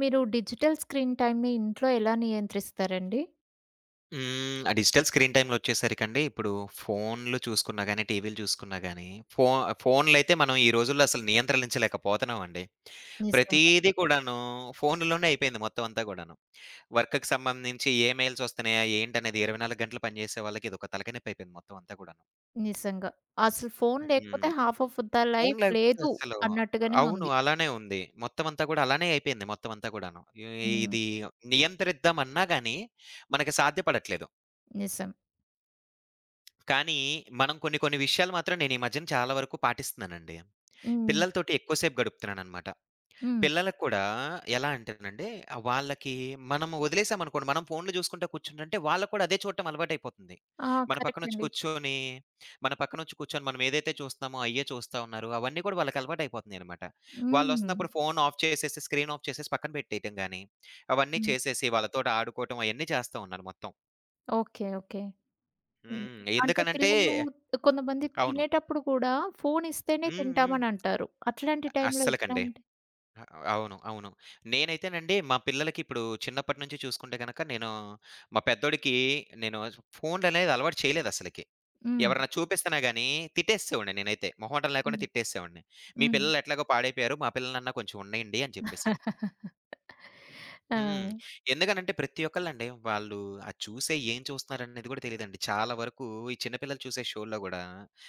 మీరు digital screen టైమ్‌ని ఇంట్లో ఎలా నియంత్రిస్తారండి? హ్మ్. ఆ డిజిటల్ స్క్రీన్ టైమ్‌లో వచ్చేసరికండి, ఇప్పుడు ఫోన్‌లు చూసుకున్నా గానీ, టీవీలు చూసుకున్నా గానీ, ఫో ఫోన్‌లయితే మనం ఈ రోజుల్లో అసలు నియంత్రించలేకపోతున్నామండి. నిజంగా. ప్రతీదీ కూడాను ఫోనులోనే అయిపోయింది మొత్తం అంతా గూడాను. వర్క్‌కి సంబంధించి ఏ మెయిల్స్ వస్తున్నాయా, ఏంటనేది 24 గంటలు పనిజేసే వాళ్ళకి ఇదొక తలకాయనొప్పి అయిపోయింది మొత్తం అంతా గూడాను. నిజంగా. అసలు ఫోను హ్మ్. లేకపోతే half of the phone life లేకపోతే లేదు అసలు అన్నట్టుగానే అవును. ఉంది. అలానే ఉంది. మొత్తం అంతా గూడా అలానే అయిపోయింది మొత్తం అంతా గూడాను. ఇ హ్మ్. ఇది నియంత్రిద్దామన్నా గానీ, మనకి సాధ్యపడట్లేదు. నిజం. కానీ, మనం కొన్ని కొన్ని విషయాలు మాత్రం నేను ఈ మధ్యన చాలా వరకు పాటిస్తున్నానండి. హ్మ్. పిల్లలతోటి ఎక్కువ సేపు గడుపుతున్నాననమాట. హ్మ్. పిల్లలకు కూడా ఎలా అంటేనండి, ఆ వాళ్ళకి మనం వదిలేసామనుకోండి, మనం ఫోన్‌లు చూసుకుంటా కూర్చుంటంటే, వాళ్ళకి కూడా అదే చూడటం అలవాటైపోతుంది. ఆ! మన కరెక్ట్ పక్కనొచ్చి అండి. కూర్చొని, మన పక్కనొచ్చి కూర్చొని మనం ఏదైతే చూస్తున్నామో అయ్యే చూస్తా ఉన్నారు. అవన్నీ కూడా వాళ్ళకి అలవాటైపోతున్నాయనమాట. హ్మ్. వాళ్ళొస్తున్నప్పుడు ఫోన్ ఆఫ్ చేసేసి, స్క్రీన్ ఆఫ్ చేసేసి పక్కన పెట్టేయటం గాని, అవన్నీ హ్మ్. చేసేసి వాళ్ళతోటి ఆడుకోవటం అయన్నీ చేస్తా ఉన్నాను మొత్తం. ఓకే. ఓకే. హ్మ్. హ్మ్. అంటే ఎందుకనంటే పిల్లలు కొంతమంది అవును. తినేటప్పుడు కూడా ఫోను ఇస్తేనే హ్మ్. హ్మ్. తింటామని అంటారు. అట్లాంటి టైంలో అస్సలకండి. ఎట్లాంటి? అ అవును. అవును. నేనైతేనండి మా పిల్లలకి ఇప్పుడు చిన్నప్పటి నుంచి చూసుకుంటే గనక నేను మా పెద్దోడికి నేను ఫోన్లనేది అలవాటు చేయలేదసలకి. హ్మ్. ఎవరైనా చూపిస్తేనే గాని తిట్టేసేసేవాడిని నేనైతే. మొహమాటం లేకుండా హ్మ్. తిట్టేసేసేవాడిని. "మీ హ్మ్. పిల్లలు ఎట్లాగో పాడైపోయారు. మా పిల్లలన్నా కొంచెం ఉన్నయండి" అని చెప్పేసని. హ్మ్. ఆ! ఎందుకనంటే ప్రతి ఒక్కళ్ళండి వాళ్ళు అది చూసే ఏం చూస్తున్నారనేది కూడా తెలీదండి. చాలా వరకు ఈ చిన్న పిల్లలు చూసే షోల్లో గూడా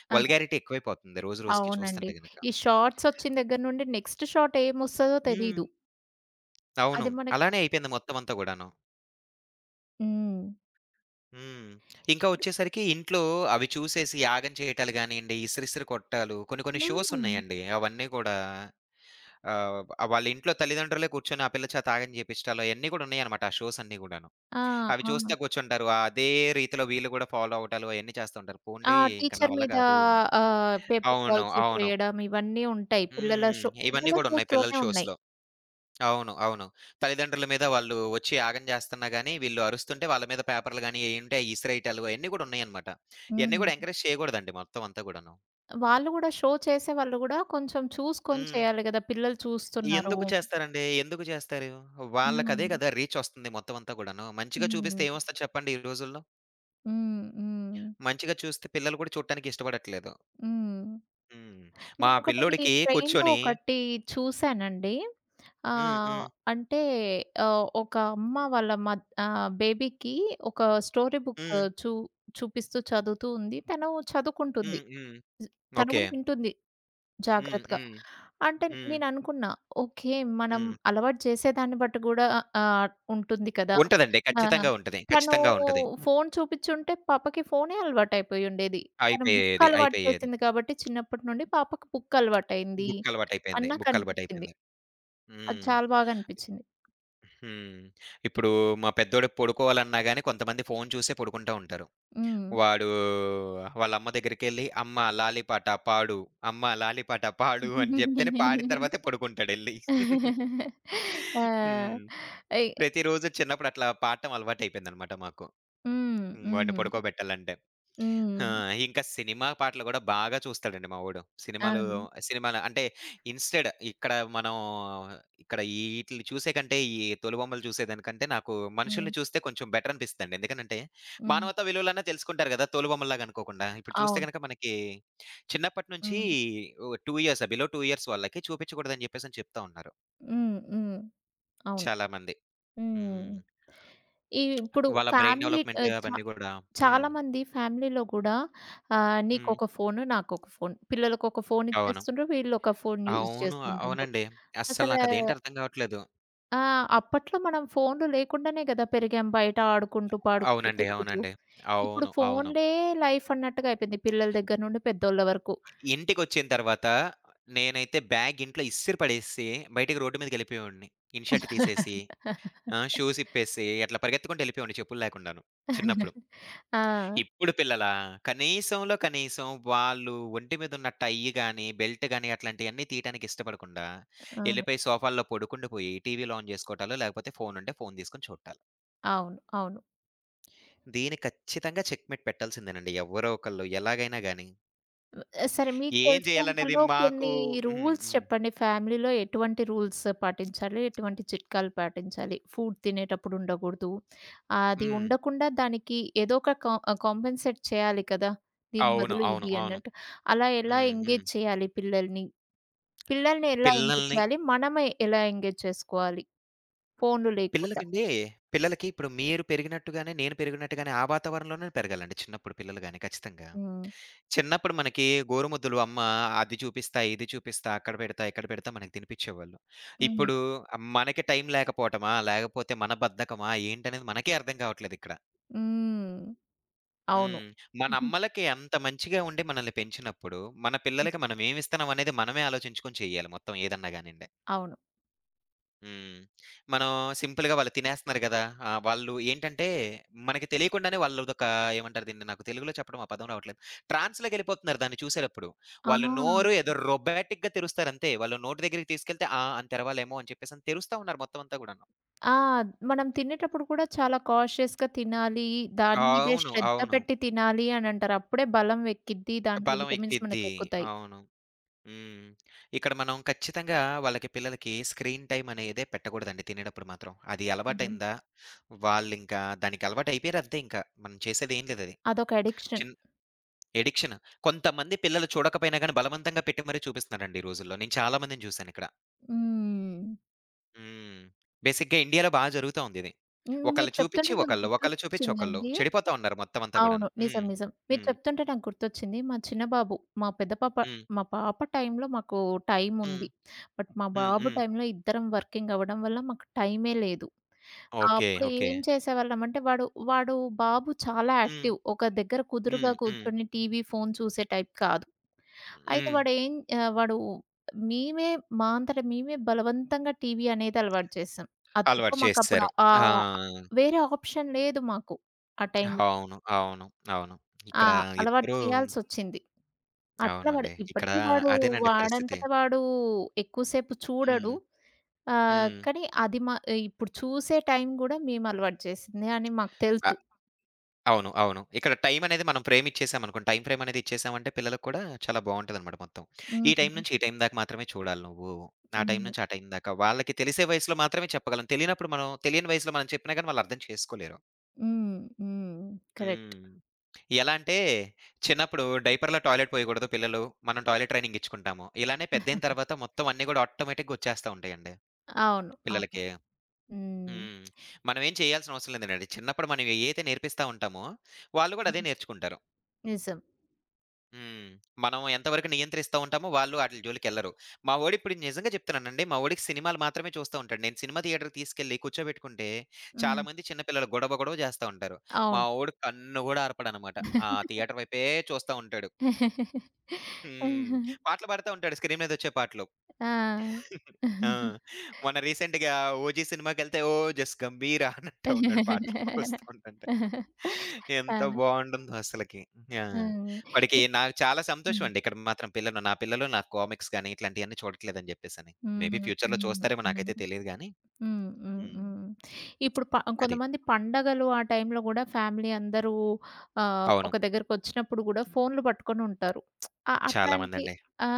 ఆ! వల్గారిటీ ఎక్కువైపోతుంది రోజు రోజుకి అవునండి. చూస్తుంటే గనక. ఈ షార్ట్స్ వచ్చిన దగ్గర నుండి నెక్స్ట్ షాట్ ఏమొస్తదో హ్మ్. తెలీదు. అవును. అది మనకి. అలానే అయిపోయింది మొత్తం అంతా గూడాను. హ్మ్. హ్మ్. ఇంకా ఇప్పుడు. వచ్చేసరికి ఇంట్లో అవి చూసేసి యాగం చేయటాలు గానియండి, ఇసిరిసిరి కొట్టాలు కొన్ని కొన్ని షోస్ హ్మ్. ఉన్నాయండి. అవన్నీ కూడా ఆహ్, వాళ్ళ ఇంట్లో తల్లిదండ్రులే కూర్చొని ఆ పిల్ల చేత ఆగం చేపిచ్చటాలు అయన్నీ కూడా ఉన్నాయన్నమాట ఆ షోస్ అన్నీ గూడాను. ఆ! అవి ఆ! చూస్తా కూర్చుంటారు. అదే రీతిలో వీళ్ళు గూడా ఫాలో అవ్వటాలు అయన్నీ చేస్తూ ఉంటారు. ఆ! పోన్లీ ఇంక నా టీచర్ వల్ల మీద కాదు. పేపర్ అవును. బాల్స్ అవును. విసిరేయడం ఇవన్నీ ఉంటాయి. హ్మ్. ఇవన్నీ పిల్లల కూడా ఉన్నాయి పిల్లల షోస్‌లోనే ఉన్నాయి. షోస్‌లో. అవును. అవును. తల్లిదండ్రుల మీద వాళ్ళు వచ్చి యాగం చేస్తున్నా గాని, వీళ్ళు అరుస్తుంటే వాళ్ళ మీద పేపర్‌లు గాని, ఏయుంటే అయి ఇసిరేయటాలు అయన్నీ గూడా ఉన్నాయన్నమాట. ఇయన్నీ హ్మ్. గూడా ఎంకరేజ్ చేయగూడదండి మొత్తం అంతా గూడాను. వాళ్ళు గూడా, షో చేసేవాళ్ళు గూడా కొంచెం చూసుకొని హ్మ్. చేయాలి గదా! పిల్లలు చూస్తున్నారు. ఎందుకు చేస్తారండి? ఎందుకు చేస్తారు? వాళ్ళకదే హ్మ్. గదా! రీచొస్తుంది మొత్తం అంతా గూడాను. మంచిగా చూపిస్తే హ్మ్. ఏమొస్తది చెప్పండి ఈ రోజుల్లో? హ్మ్. హ్మ్. మంచిగా చూస్తే పిల్లలు గూడా చూడటానికి ఇష్టపడట్లేదు. హ్మ్. హ్మ్. మా నేనొకటి పిల్లోడికి ట్రైన్‌లో కూర్చొని ఒకటి చూసానండి. హ్మ్. ఆహ్, హ్మ్. అంటే ఒక అమ్మ వాళ్ళ బేబీకి ఒక స్టోరీ బుక్ హ్మ్. చూ చూపిస్తూ చదువుతూ ఉంది. తను చదువుకుంటుంది. హ్మ్. హ్మ్. తను ఓకే. కూడా వింటుంది. హ్మ్. జాగ్రత్తగా. హ్మ్. అంటే హ్మ్. నేననుకున్నా, ఓకే. మనం హ్మ్. అలవాటు చేసేదాన్ని బట్టి గూడా ఉంటుంది కదా! ఉంటదండి. ఆ! ఖచ్చితంగా ఉంటది. తను ఖచ్చితంగా ఉంటది. ఫోను చూపిచ్చుంటే పాపకి ఫోనే అలవాటయిపోయుండేది. తను బుక్ అయిపోయేది. అలవాటు అయిపోయేది. చేసింది కాబట్టి చిన్నప్పటి నుండి పాపకు బుక్ అలవాటయింది బుక్ అని అలవాటయిపోయింది. బుక్ నాకనిపిచ్చింది. అలవాటయిపోయింది. అది హ్మ్. చాలా బాగా అనిపిచ్చింది. హ్మ్. ఇప్పుడు మా పెద్దోడికి పడుకోవాలన్నా గాని కొంతమంది ఫోను చూసే పడుకుంటా ఉంటారు. హ్మ్. వాడు వాళ్ళ అమ్మ దగ్గరికెళ్ళి, "అమ్మ లాలిపాట పాడు, అమ్మ లాలిపాట పాడు" అని జెప్తేనే పాడిన తర్వాతే పడుకుంటాడెళ్ళి. ఆ! హ్మ్. ఎ ప్రతిరోజు చిన్నప్పుడు అట్లా పాడటం అలవాటయిపోయిందనమాట మాకు. హ్మ్. హ్మ్. వాడిని హ్మ్. పడుకోబెట్టాలంటే. ఆ! హ్మ్. ఇంకా సినిమా పాటలు గూడా బాగా చూస్తాడండి మా వోడు. ఆ! సినిమాలు సినిమాలు అంటే ఇన్‌స్టెడ్ ఇక్కడ మనం ఇక్కడ ఈటిలిని చూసే కంటే, ఈ తోలుబొమ్మలు చూసేదానికంటే నాకు హ్మ్. మనుషుల్ని చూస్తే కొంచెం బెటర్ అనిపిస్తదండి. ఎందుకనంటే హ్మ్. మానవతా విలువలన్నా తెలుసుకుంటారు గదా! తోలుబొమ్మల్లాగా అనుకోకుండా. ఇప్పుడు చూస్తే అవును. గనక మనకి చిన్నప్పటి నుంచి హ్మ్. ఓ 2 ఇయర్స్ బిలో 2 ఇయర్స్ వాళ్ళకి చూపించకూడదని జెప్పేసని చెప్తా ఉన్నారు హ్మ్. హ్మ్. అవును. చాలా మంది. హ్మ్. హ్మ్. ఈ ఇప్పుడు వాళ్ళ బ్రెయిన్ ఫ్యామిలీ, డెవలప్‌మెంట్ ఆహ్, చా అవన్నీ గూడా. హ్మ్. చాలామంది ఫ్యామిలీలో గూడా హ్మ్. నీకొక ఫోను, నాకొక ఫోను. పిల్లలకొక ఫోను అవును. ఇచ్చేస్తుండ్రు, వీళ్ళొక ఫోను యూజ్ అవును. చేసుకుంటుండ్రు. అవునండి. అస్సలు అసల నాకదేంటి అర్థం కావట్లేదు. ఆ! అప్పట్లో మనం ఫోన్లు లేకుండానే గదా పెరిగాం. బయట ఆడుకుంటూ, పాడుకుంటూ, అవునండి. తిరుగుతూ. అవునండి. ఇప్పుడు అవును. అవును. ఫోన్లే లైఫ్ అన్నట్టుగా అయిపోయింది. పిల్లల దగ్గర నుండి పెద్దోళ్ళ వరకు. ఇంటికొచ్చిన తర్వాత నేనైతే బ్యాగ్ ఇంట్లో ఇసిరి పడేసి బయటికి రోడ్డు మీదకెళ్ళిపోయేవాడిని. ఇన్‌షర్ట్ తీసేసి, ఆ! షూస్ ఇప్పేసి అట్లా పరిగెత్తుకుంటూ ఎళ్ళిపోయేవాడిని చెప్పులు లేకుండాను చిన్నప్పుడు. ఆ! ఇప్పుడు పిల్లలా? కనీసంలో కనీసం వాళ్ళు ఒంటి మీదున్న టై గాని, బెల్ట్ గాని అట్లాంటియన్నీ తీయటానికి ఇష్టపడకుండా, ఆ! ఎళ్ళిపోయి సోఫాల్లో పడుకుండిపోయి టీవీలు ఆన్ జేసుకోవటాలు, లేకపోతే ఫోనుంటే ఫోను తీసుకొని చూట్టాలు. అవును. అవును. దీన్ని ఖచ్చితంగా చెక్‌మేట్ పెట్టాల్సిందేనండి ఎవ్వరో ఒకళ్ళు ఎలాగైనా గాని. సరే. మీకు ఏం జేయాలనేది తెలిసినంతలో మాకు కొన్ని హ్మ్. రూల్స్ హ్మ్. చెప్పండి. ఫ్యామిలీలో ఎటువంటి రూల్స్ పాటించాలి? ఎటువంటి చిట్కాలు పాటించాలి? ఫుడ్ తినేటప్పుడు ఉండకూడదు. అది హ్మ్. ఉండకుండా దానికి ఏదో ఒక కాంపెన్సేట్ చేయాలి కదా! దీని అవును. బదులు అవును. ఇది అవును. అన్నట్టు. అలా ఎలా హ్మ్. హ్మ్. ఎంగేజ్ చేయాలి పిల్లల్ని? పిల్లల్ని ఎలా ఎంగేజ్ పిల్లల్ని చేయాలి? మనమే ఎలా ఎంగేజ్ చేసుకోవాలి? ఫోన్‌లు లేకుండా. పిల్లలకండి పిల్లలకి ఇప్పుడు మీరు పెరిగినట్టుగానే, నేను పెరిగినట్టుగానే ఆ వాతావరణంలోనే పెరగాలండి చిన్నప్పుడు పిల్లలు గాని ఖచ్చితంగా. హ్మ్. చిన్నప్పుడు మనకి గోరుముద్దలు అమ్మ అది చూపిస్తా, ఇది చూపిస్తా, అక్కడ పెడతా, ఇక్కడ పెడతా మనకు తినిపిచ్చేవాళ్ళు. హ్మ్. ఇప్పుడు మనకి టైం లేకపోవటమా? లేకపోతే మన బద్ధకమా? ఏంటనేది మనకే అర్థం కావట్లేదిక్కడ. హ్మ్. అవును. హ్మ్. మన అమ్మలకి అంత మంచిగా ఉండి మనల్ని పెంచినప్పుడు, మన హ్మ్. పిల్లలకి మనం ఏమిస్తున్నామనేది మనమే ఆలోచించుకొని చేయాలి మొత్తం ఏదన్నా గానియండి. అవును. హ్మ్. మనం సింపుల్‌గా వాళ్ళు తినేస్తున్నారు గదా! వాళ్ళు ఏంటంటే, మనకి తెలియకుండానే వాళ్ళదొక ఏమంటారు దీన్ని? నాకు తెలుగులో చెప్పడం ఆ పదం రావట్లేదు. ట్రాన్స్‌లోకెళ్ళిపోతున్నారు దాన్ని చూసేటప్పుడు. ఆ! వాళ్ళ నోరు ఏదో రొబాటిక్‌గా తెరుస్తారంతే. వాళ్ళ నోటి దగ్గరికి తీసుకెళ్తే ఆ! అని తెరవాలేమో అని చెప్పేసని తెరుస్తా ఉన్నారు మొత్తం అంతా గూడాను. ఆ! మనం తినేటప్పుడు కూడా చాలా కాషియస్‌గా తినాలి. దాని మీదే అవును. శ్రద్ధ అవును. పెట్టి తినాలి అనంటారు. అప్పుడే బలం ఎక్కిద్ది. దాంట్లో బలం విటమిన్స్ ఎక్కిద్ది. మనకెక్కుతాయి. అవును. హ్మ్. ఇక్కడ మనం ఖచ్చితంగా వాళ్ళకి పిల్లలకి స్క్రీన్ టైమ్ అనేదే పెట్టకూడదండి తినేటప్పుడు మాత్రం. అది హ్మ్. అలవాటయిందా, వాళ్ళింకా దానికి అలవాటయిపోయారంతే ఇంకా. మనం చేసేదేం లేదది. అదొక అడిక్షన్. చిన్ ఎడిక్షన్. కొంతమంది పిల్లలు చూడకపోయినా గాని బలవంతంగా పెట్టి మరీ చూపిస్తున్నారండి ఈ రోజుల్లో. నేను చాలా మందిని చూసానిక్కడ. హ్మ్. హ్మ్. బేసిక్‌గా ఇండియాలో బా జరుగుతా ఉందిది. హ్మ్. ఒకళ్ళు మీరు చూపిచ్చి చెప్తుంటే నాకు ఒకళ్ళు, ఒకళ్ళు చూపిచ్చి ఒకళ్ళు. గుర్తొచ్చిందండి. చెడిపోతా ఉన్నారు మొత్తం అంతా గూడాను. అవును. నిజం. హ్మ్. నిజం. మీరు హ్మ్. చెప్తుంటే నాకు గుర్తొచ్చింది. మా చిన్న బాబు, మా పెద్ద పాప, హ్మ్. మా పాప టైంలో మాకు హ్మ్. టైముంది. బట్ మా హ్మ్. బాబు హ్మ్. టైంలో ఇద్దరం వర్కింగ్ అవ్వడం వల్ల మాకు టైమే లేదు. ఓకే. అప్పుడు ఓకే. ఏం చేసేవాళ్ళమంటే, వాడు, వాడు బాబు చాలా హ్మ్. యాక్టివ్. ఒక దగ్గర కుదురుగా హ్మ్. హ్మ్. కూర్చొని టీవీ, ఫోను చూసే టైప్ కాదు. అయితే హ్మ్. వాడేం ఆహ్, వాడు మేమే మా అంతట మేమే బలవంతంగా టీవీ అనేది అలవాటు చేసాం. అది తప్ప అలవాటు మాకప్పుడు చేసేసారు. ఆ! వేరే ఆప్షన్ లేదు మాకు ఆ టైంలో. అవును. అవును. అవును. ఆ! ఇక్కడ అలవాటు ఇద్దరూ చేయాల్సొచ్చింది. అట్లా వాడు అవునండి. ఇక్కడ ఇప్పటికి వాడు అదేనండి పరిస్థితి. వాడంతట వాడు ఎక్కువ సేపు హ్మ్. చూడడు. హ్మ్. కానీ అది మా, ఇప్పుడు చూసే టైం గూడా మేము అలవాటు చేసింది అని మాకు తెలుసు. అవును. అవును. ఇక్కడ టైమనేది మనం ఫ్రేమ్ ఇచ్చేసామనుకోండి. టైమ్ ఫ్రేమ్ అనేది ఇచ్చేసామంటే పిల్లలకి కూడా చాలా బావుంటదనమాట మొత్తం. ఈ హ్మ్. టైం నుంచి ఈ టైం దాకా మాత్రమే చూడాలి నువ్వు. ఆ టైం హ్మ్. నుంచి ఆ టైం దాకా. వాళ్ళకి తెలిసే వయసులో మాత్రమే చెప్పగలం. తెలియనప్పుడు మనం తెలియని వయసులో మనం చెప్పినా గాని వాళ్ళు అర్థం చేసుకోలేరు. హ్మ్. హ్మ్. కరెక్ట్. హ్మ్. ఎలా అంటే చిన్నప్పుడు డైపర్‌లో టాయిలెట్ పోయకూడదు పిల్లలు. మనం టాయిలెట్ ట్రైనింగ్ ఇచ్చుకుంటాము. ఇలానే పెద్దయిన తర్వాత మొత్తం అన్నీ కూడా ఆటోమేటిక్‌గా వచ్చేస్తా ఉంటాయండి అవును. అవును. పిల్లలకి. హ్మ్. హ్మ్. మనం ఏం చేయాల్సిన అవసరం లేదండి. చిన్నప్పుడు మనం ఏదైతే నేర్పిస్తా ఉంటామో, వాళ్ళు కూడా అదే హ్మ్. నేర్చుకుంటారు. నిజం. హ్మ్. మనం ఎంతవరకు నియంత్రిస్తా ఉంటామో వాళ్ళు ఆటిలి జోలికెళ్లరు. మా వోడిప్పుడు నిజంగా చెప్తున్నానండి. మా వోడికి సినిమాలు మాత్రమే చూస్తా ఉంటాడు. నేను సినిమా థియేటర్‌కి తీసుకెళ్ళి కూర్చోబెట్టుకుంటే హ్మ్. చాలామంది చిన్న పిల్లలు గొడవ గొడవ చేస్తా ఉంటారు. మా అవును. వోడు కన్ను గూడా ఆర్పడనమాట. ఆ థియేటర్ వైపే చూస్తా ఉంటాడు. హ్మ్. ఆహా! పాటలు పాడుతా ఉంటాడు స్క్రీన్ మీదొచ్చే పాటలు. ఆ! ఆ! మొన్న రీసెంట్‌గా 'ఓజీ' సినిమాకెళ్తే ఓ జస్ గంభీర అనంటా ఉన్నాడు పాటలు వస్తూ ఉంటంటే. ఎంత ఆ! బావుంటుందో అసలకి. ఆ! హ్మ్. వాడికి ఇప్ నాకు చాలా సంతోషం హ్మ్. అండి. ఇక్కడ మాత్రం పిల్లలు నా పిల్లలు నాకు కామిక్స్ గాని, ఇట్లాంటియన్నీ చూడట్లేదని జెప్పేసని. హ్మ్. మేబీ హ్మ్. ఫ్యూచర్‌లో చూస్తారేమో హ్మ్. నాకైతే తెలీదు గానీ. హ్మ్. హ్మ్. హ్మ్. హ్మ్. ఇప్పుడు అది. కొంతమంది పండగలు, ఆ టైంలో గూడా ఫ్యామిలీ అందరూ అవును. ఒక దగ్గరకొచ్చినప్పుడు గూడా ఫోన్‌లు పట్టుకొనుంటారు. చాలా అట్లాంటి మందండి. ఆ!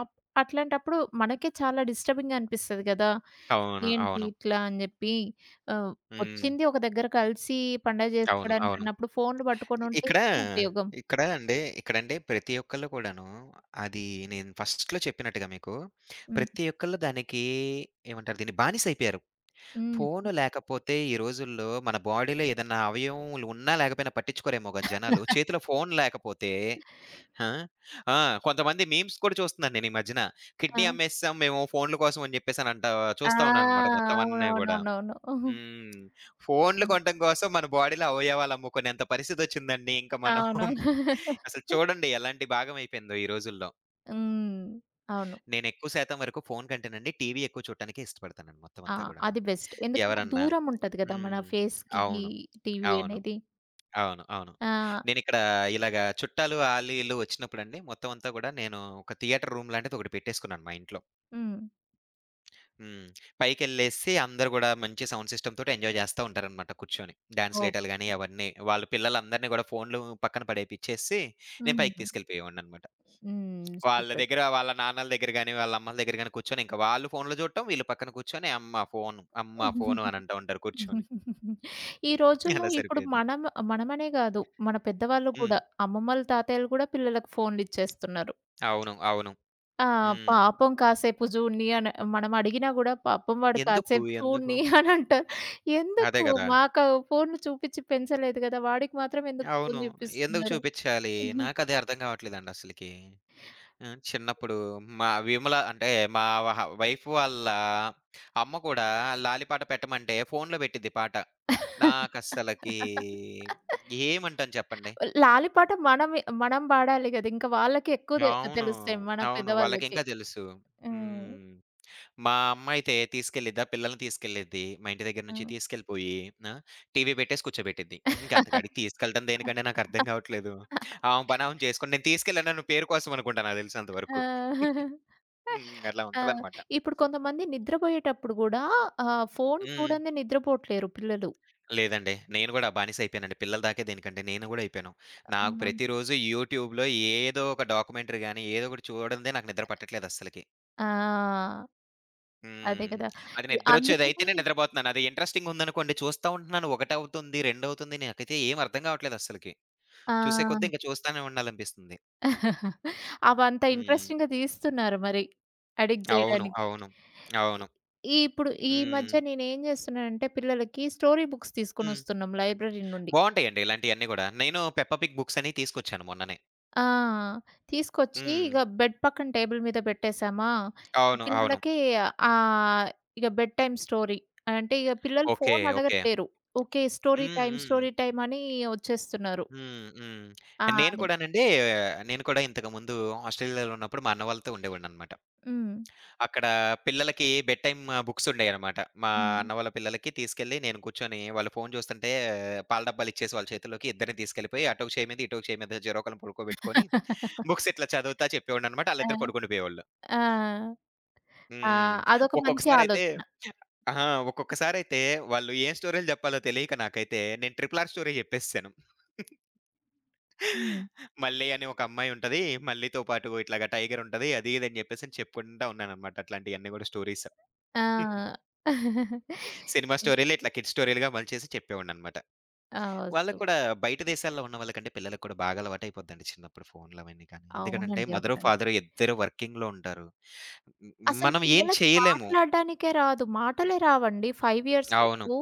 అప్ అట్లాంటప్పుడు మనకే చాలా డిస్టర్బింగ్‌గా అనిపిస్తది గదా! అవును. ఏంటి అవును. ఇట్లా అని జెప్పి. ఆహ్, హ్మ్. వచ్చింది ఒక దగ్గర కలిసి పండగ అవును. జేసుకోవడానికి అవును. అన్నప్పుడు ఫోన్‌లు పట్టుకొనుంటే ఇక్కడ, ఏం ఉపయోగం? ఇక్కడ అండి ఇక్కడండి ప్రతి ఒక్కళ్ళు కూడాను అది నేను ఫస్ట్‌లో చెప్పినట్టుగా మీకు, హ్మ్. ప్రతి ఒక్కళ్ళు దానికి ఏమంటారు దీన్ని బానిసైపోయారు. హ్మ్. ఫోను లేకపోతే ఈ రోజుల్లో మన బాడీలో ఏదన్నా అవయవములు ఉన్నా లేకపోయినా పట్టించుకోరేమో గాని జనాలు. చేతిలో ఫోను లేకపోతే ఆ! ఆ! కొంతమంది మీమ్స్ కూడా చూస్తున్నాను నేను ఈ మధ్యన. ఆ! కిడ్నీ అమ్మేసేసాం మేము ఫోనుల కోసం అని చెప్పేసనంట ఆ! చూస్తా ఉన్నాననమాట మొత్తం అన్నీ గూడా. అవునవునవునవును. హ్మ్. ఫోనులు హ్మ్. కొనటం కోసం మన బాడీలో అవయవాలు అమ్ముకునేంత పరిస్థితొచ్చిందండి ఇంక మనం. అవును. అసలు చూడండి ఎలాంటి భాగమైపోయిందో ఈ రోజుల్లో. హ్మ్. అవును. నేనెక్కువ శాతం వరకు ఫోను కంటేనండి టీవీ ఎక్కువ చూడటానికే ఇష్టపడతానండి మొత్తం ఆ! అంతా గూడాను. అది బెస్ట్. ఎందుకంటే ఎవరన్నా. దూరం ఉంటది గదా! మన హ్మ్. ఫేస్‌కి అవును. టీవీ అవును. అనేది. అవును. అవును. ఆ! నేనిక్కడ ఇలాగ చుట్టాలు ఆళ్ళు, ఈళ్ళు వచ్చినప్పుడండి మొత్తం అంతా గూడా నేను ఒక థియేటర్ రూమ్ లాంటిది ఒకటి పెట్టేసుకున్నాను మా ఇంట్లో. హ్మ్. హ్మ్. పైకెళ్ళేసి అందరూ గూడా మంచి సౌండ్ సిస్టమ్‌తోటి ఎంజాయ్ జేస్తా ఉంటారనమాట కూర్చొని. డాన్స్ లేయటాలు ఓహ్! గాని అవన్నీ. వాళ్ళ పిల్లలందరిని గూడా ఫోన్‌లు పక్కన పడేపిచ్చేసి నేను పైకి హ్మ్. తీసుకెళ్ళిపోయేవాడిననమాట. హ్మ్. వాళ్ళ సూపర్. దగ్గర వాళ్ళ నాన్నల దగ్గర గాని, వాళ్ళ అమ్మల దగ్గర గాని కూర్చొని ఇంకా వాళ్ళు ఫోన్‌లు చూడటం, వీళ్ళు పక్కన కూర్చొని అమ్మ ఫోను, అమ్మ ఫోను అని అంటా ఉంటారు కూర్చొని. ఈ రోజుల్లో అలా ఇప్పుడు సరిపోయిద్ది. మనం, మనమనే గాదు, మన పెద్దవాళ్ళు హ్మ్. గూడా, అమ్మమ్మలు, తాతయ్యలు గూడా పిల్లలకు ఫోన్‌లిచ్చేస్తున్నారు. అవును. అవును. ఆ! హ్మ్. పాపం కాసేపు జూడనీ అని మనం అడిగినా గూడా పాపం వాడు ఎందుకు? కాసేపు ఎందుకు? చూడనీ అనంటారు. అదే ఎందుకు? గదా! మాకు ఫోన్‌లు చూపిచ్చి పెంచలేదు గదా! వాడికి మాత్రం ఎందుకు అవును. ఫోన్ ఎందుకు చూపిస్తున్నారు? చూపిచ్చాలి? హుహు. నాకదే అర్థం కావట్లేదండి అసలకి. హ్మ్. చిన్నప్పుడు మా విమల అంటే మా వైఫ్ వాళ్ళ అమ్మ కూడా లాలిపాట పెట్టమంటే ఫోన్‌లో పెట్టిద్ది పాట. నాకస్సలకి ఏమంటాను చెప్పండి? లాలిపాట మనమే, మనం పాడాలి గదా! ఇంకా వాళ్ళకి ఎక్కువ అవును. తెలుస్తాయి మన అవును. పెద్దవాళ్ళకి. వాళ్ళకింకా తెలుసు. హ్మ్. హ్మ్. మా అమ్మ అయితే తీసుకెళ్ళిద్ది. ఆ పిల్లల్ని తీసుకెళ్ళిద్ది. మా ఇంటి దగ్గర నుంచి హ్మ్. తీసుకెళ్ళిపోయి ఆ! టీవీ పెట్టేసి కూర్చోబెట్టిద్ది. ఇంక అంతకాడికి తీసుకెళ్ళడం దేనికండి నాకర్థం కావట్లేదు. ఆమె పని ఆమె చేసుకొని నేను తీసుకెళ్ళానన్న పేరు కోసం అనుకుంటా నాకు తెలిసినంత వరకు. ఆ! హ్మ్. అట్లా ఆ! ఉంటదనమాట. ఇప్పుడు కొంతమంది నిద్రబోయేటప్పుడు గూడా ఫోను హ్మ్. చూడందే నిద్రపోవట్లేరు పిల్లలు. లేదండి. నేను గూడా బానిస అయిపోయానండి. పిల్లల దాకే దేనికంటే నేను గూడా అయిపోయాను. నాకు ఆ! ప్రతిరోజు యూట్యూబ్‌లో ఏదో ఒక డాక్యుమెంటరీ గాని, ఏదో ఒకటి చూడనిదే నాకు నిద్ర పట్టట్లేదు అస్సలకి. ఆ! అదే హ్మ్. గదా! అది అందుకని నిద్రొచ్చేదైతేనే నిద్రపోతున్నాను. అది ఇంట్రెస్టింగ్ ఉందనుకోండి చూస్తా ఉంటున్నాను. ఒకటవుతుంది, రెండవుతుంది. నాకైతే ఏం అర్థం కావట్లేదు అస్సలకి. ఆ! చూసే కొద్దీ ఇంక చూస్తానే ఉండాలనిపిస్తుంది. అవంత హ్మ్. ఇంట్రెస్టింగ్‌గా తీస్తున్నారు మరి. అడిక్ట్ అవును. జేయడానికి. అవును. ఇ అవును. ఈ ఇప్పుడు ఈ హ్మ్. మధ్య నేనేం జేస్తున్నానంటే పిల్లలకి స్టోరీ బుక్స్ హ్మ్. తీసుకొనొస్తున్నాం లైబ్రరీ నుండి. బావుంటాయండి ఇలాంటియన్నీ గూడా. నేను 'పెప్పా పిగ్' బుక్స్ అనేయి తీసుకొచ్చాను మొన్ననే. ఆ! తీసుకొచ్చి హ్మ్. ఇగ బెడ్ పక్కన టేబుల్ మీద పెట్టేసామా, ఇగ అవును. అవును. పిల్లలకి ఆహ్, ఇగ బెడ్ టైమ్ స్టోరీ. అంటే ఇగ పిల్లలు ఓకే. Phone okay. అడగట్లేరు. ఓకే. స్టోరీ హ్మ్. టైమ్, హ్మ్. స్టోరీ టైమ్ అని వచ్చేస్తున్నారు. హ్మ్. హ్మ్. ఆ! నేను అది. కూడానండి నేను కూడా ఇంతకు ముందు ఆస్ట్రేలియాలో ఉన్నప్పుడు మా అన్న వాళ్ళతో ఉండేవాడిననమాట. హ్మ్. అక్కడ పిల్లలకి బెడ్ టైమ్ బుక్స్ ఉండేయనమాట. మా హ్మ్. అన్న వాళ్ళ పిల్లలకి తీసుకెళ్ళి నేను కూర్చొని వాళ్ళు ఫోను చూస్తుంటే పాల డబ్బాలు ఇచ్చేసి వాళ్ళ చేతుల్లోకి ఇద్దరిని తీసుకెళ్ళిపోయి అటొక చేయి మీద, ఇటొక చేయి మీద జరోకాలను పడుకోబెట్టుకొని బుక్స్ ఇట్లా చదువుతా చెప్పేవాడిననమాట. ఆళ్ళిద్దరూ ఆ! పడుకుండిపోయేవాళ్ళు. ఆ! ఆ! హ్మ్. అదొక మంచి ఒక్కొక్కసారయితే ఆలోచన. అహా! ఒక్కొక్కసారయితే వాళ్ళు ఏం స్టోరీలు చెప్పాలో తెలియక నాకైతే నేను 'ట్రిపుల్ ఆర్' స్టోరీ చెప్పేసేసాను. హ్మ్. మల్లి అని ఒక అమ్మాయి ఉంటది. మల్లితో పాటు ఇట్లాగా టైగర్ ఉంటది. అది ఇది అని చెప్పేసి అని చెప్పుకుంటా ఉన్నాననమాట అట్లాంటియన్నీ గూడా స్టోరీస్. ఆ! సినిమా స్టోరీలు ఇట్లా కిడ్ స్టోరీలుగా మలిచేసి చెప్పేవాడిననమాట. ఆ! వాళ్ళకి సో, కూడా బయట దేశాల్లో ఉన్న వాళ్ళకంటే పిల్లలకి కూడా బాగా అలవాటైపోద్దండి చిన్నప్పుడు ఫోన్‌లవన్నీ కానీ. ఎందుకనంటే అవునండి. మదరు, అవునండి. ఫాదరు ఇద్దరు వర్కింగ్‌లో ఉంటారు. హ్మ్. అసలు మనం ఏం పిల్లలకి చేయలేము. మాట్లాడడానికే రాదు. మాటలే రావండి 5 ఇయర్స్ అవును. వరకు.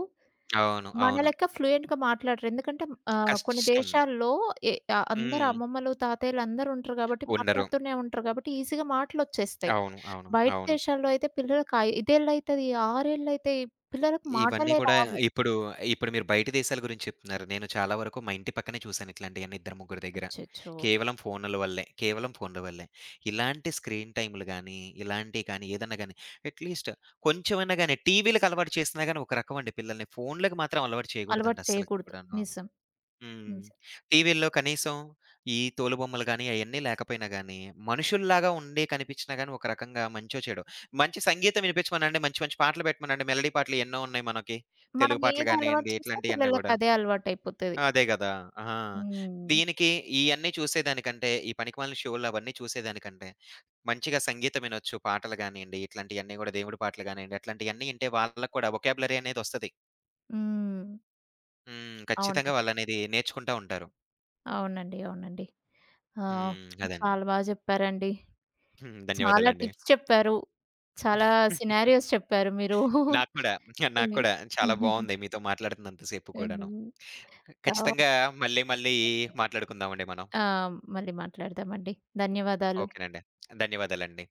అవును. మన అవును. లెక్క ఫ్లూయెంట్‌గా మాట్లాడరు. ఎందుకంటే కొన్ని కష్టం. దేశాల్లో అందరు హ్మ్. అమ్మమ్మలు, తాతయ్యలు అందరూ ఉంటారు కాబట్టి ఉండరు. మాట్లాడుతూనే ఉంటారు కాబట్టి ఈజీగా మాటలొచ్చేస్తాయి. అవును. అవును. బయట అవును. దేశాల్లో అయితే పిల్లలకి ఇదేళ్ళైతది, ఆరేళ్ళైతాయి. పిల్లలకు ఇవన్నీ మాటలే కూడా రావు. ఇప్పుడు, ఇప్పుడు మీరు బయట దేశాల గురించి చెప్తున్నారు. నేను చాలా వరకు మా ఇంటి పక్కనే చూసాను ఇట్లాంటియన్నీ ఇద్దరు, ముగ్గురు దగ్గర. అచ్చచ్చో! కేవలం ఫోనుల వల్లే, కేవలం ఫోనుల వల్లే. ఇలాంటి స్క్రీన్ టైములు గానీ, ఇలాంటియి కానీ, ఏదన్నా గానీ అట్‌లీస్ట్ కొంచెమైనా గానీ టీవీలకి అలవాటు చేసినా గానీ ఒక రకమండి పిల్లల్ని. ఫోనులకి మాత్రం అలవాటు చేయకూడదండి అలవాటు అస్సలకి చేయకూడదు. కూడాను. నిజం. హ్మ్. నిజం. టీవీల్లో కనీసం ఈ తోలుబొమ్మలు గాని, అయన్నీ లేకపోయినా గాని, మనుషుల్లాగా ఉండి కనిపించినా గాని, ఒక రకంగా మంచో, చెడో మంచి సంగీతం వినిపించమనండి. మంచి మంచి పాటలు పెట్టమనండి. మెలోడీ పాటలు ఎన్నో ఉన్నాయి మనకి. మనం తెలుగు ఏది పాటలు అలవాటు గానియండి, చేస్తే ఇట్లాంటియన్నీ పిల్లలకి గూడా. అదే అలవాటయిపోతది. అదే గదా! ఆ! హ్మ్. దీనికి ఇయన్నీ చూసేదానికంటే, ఈ పనికిమాలిన షోలు అవన్నీ చూసేదానికంటే, మంచిగా సంగీతం వినొచ్చు. పాటలు గానియండి, ఇట్లాంటియన్నీ గూడా దేవుడి పాటలు గానియండి, అట్లాంటియన్నీ ఇంటే వాళ్ళకి కూడా వొకాబులరీ అనేదొస్తది. హ్మ్. హ్మ్. ఖచ్చితంగా అవునండి. వాళ్ళనేది నేర్చుకుంటా ఉంటారు. అవునండి. అవునండి. ఆ! హ్మ్. అదండి. చాలా బా చెప్పారండి. హ్మ్. చాలా ధన్యవాదాలండి. టిప్స్ చెప్పారు. చాలా సినారియోస్ చెప్పారు మీరు. నాకు కూడా, నాకు కూడా చాలా బావుంది మీతో మాట్లాడుతున్నంత సేపు కూడాను. హ్మ్. ఖచ్చితంగా మళ్ళీ మళ్ళీ మాట్లాడుకుందామండి మనం. ఆ! మళ్ళీ మాట్లాడదామండి. ధన్యవాదాలు. ఓకేనండి. ధన్యవాదాలండి.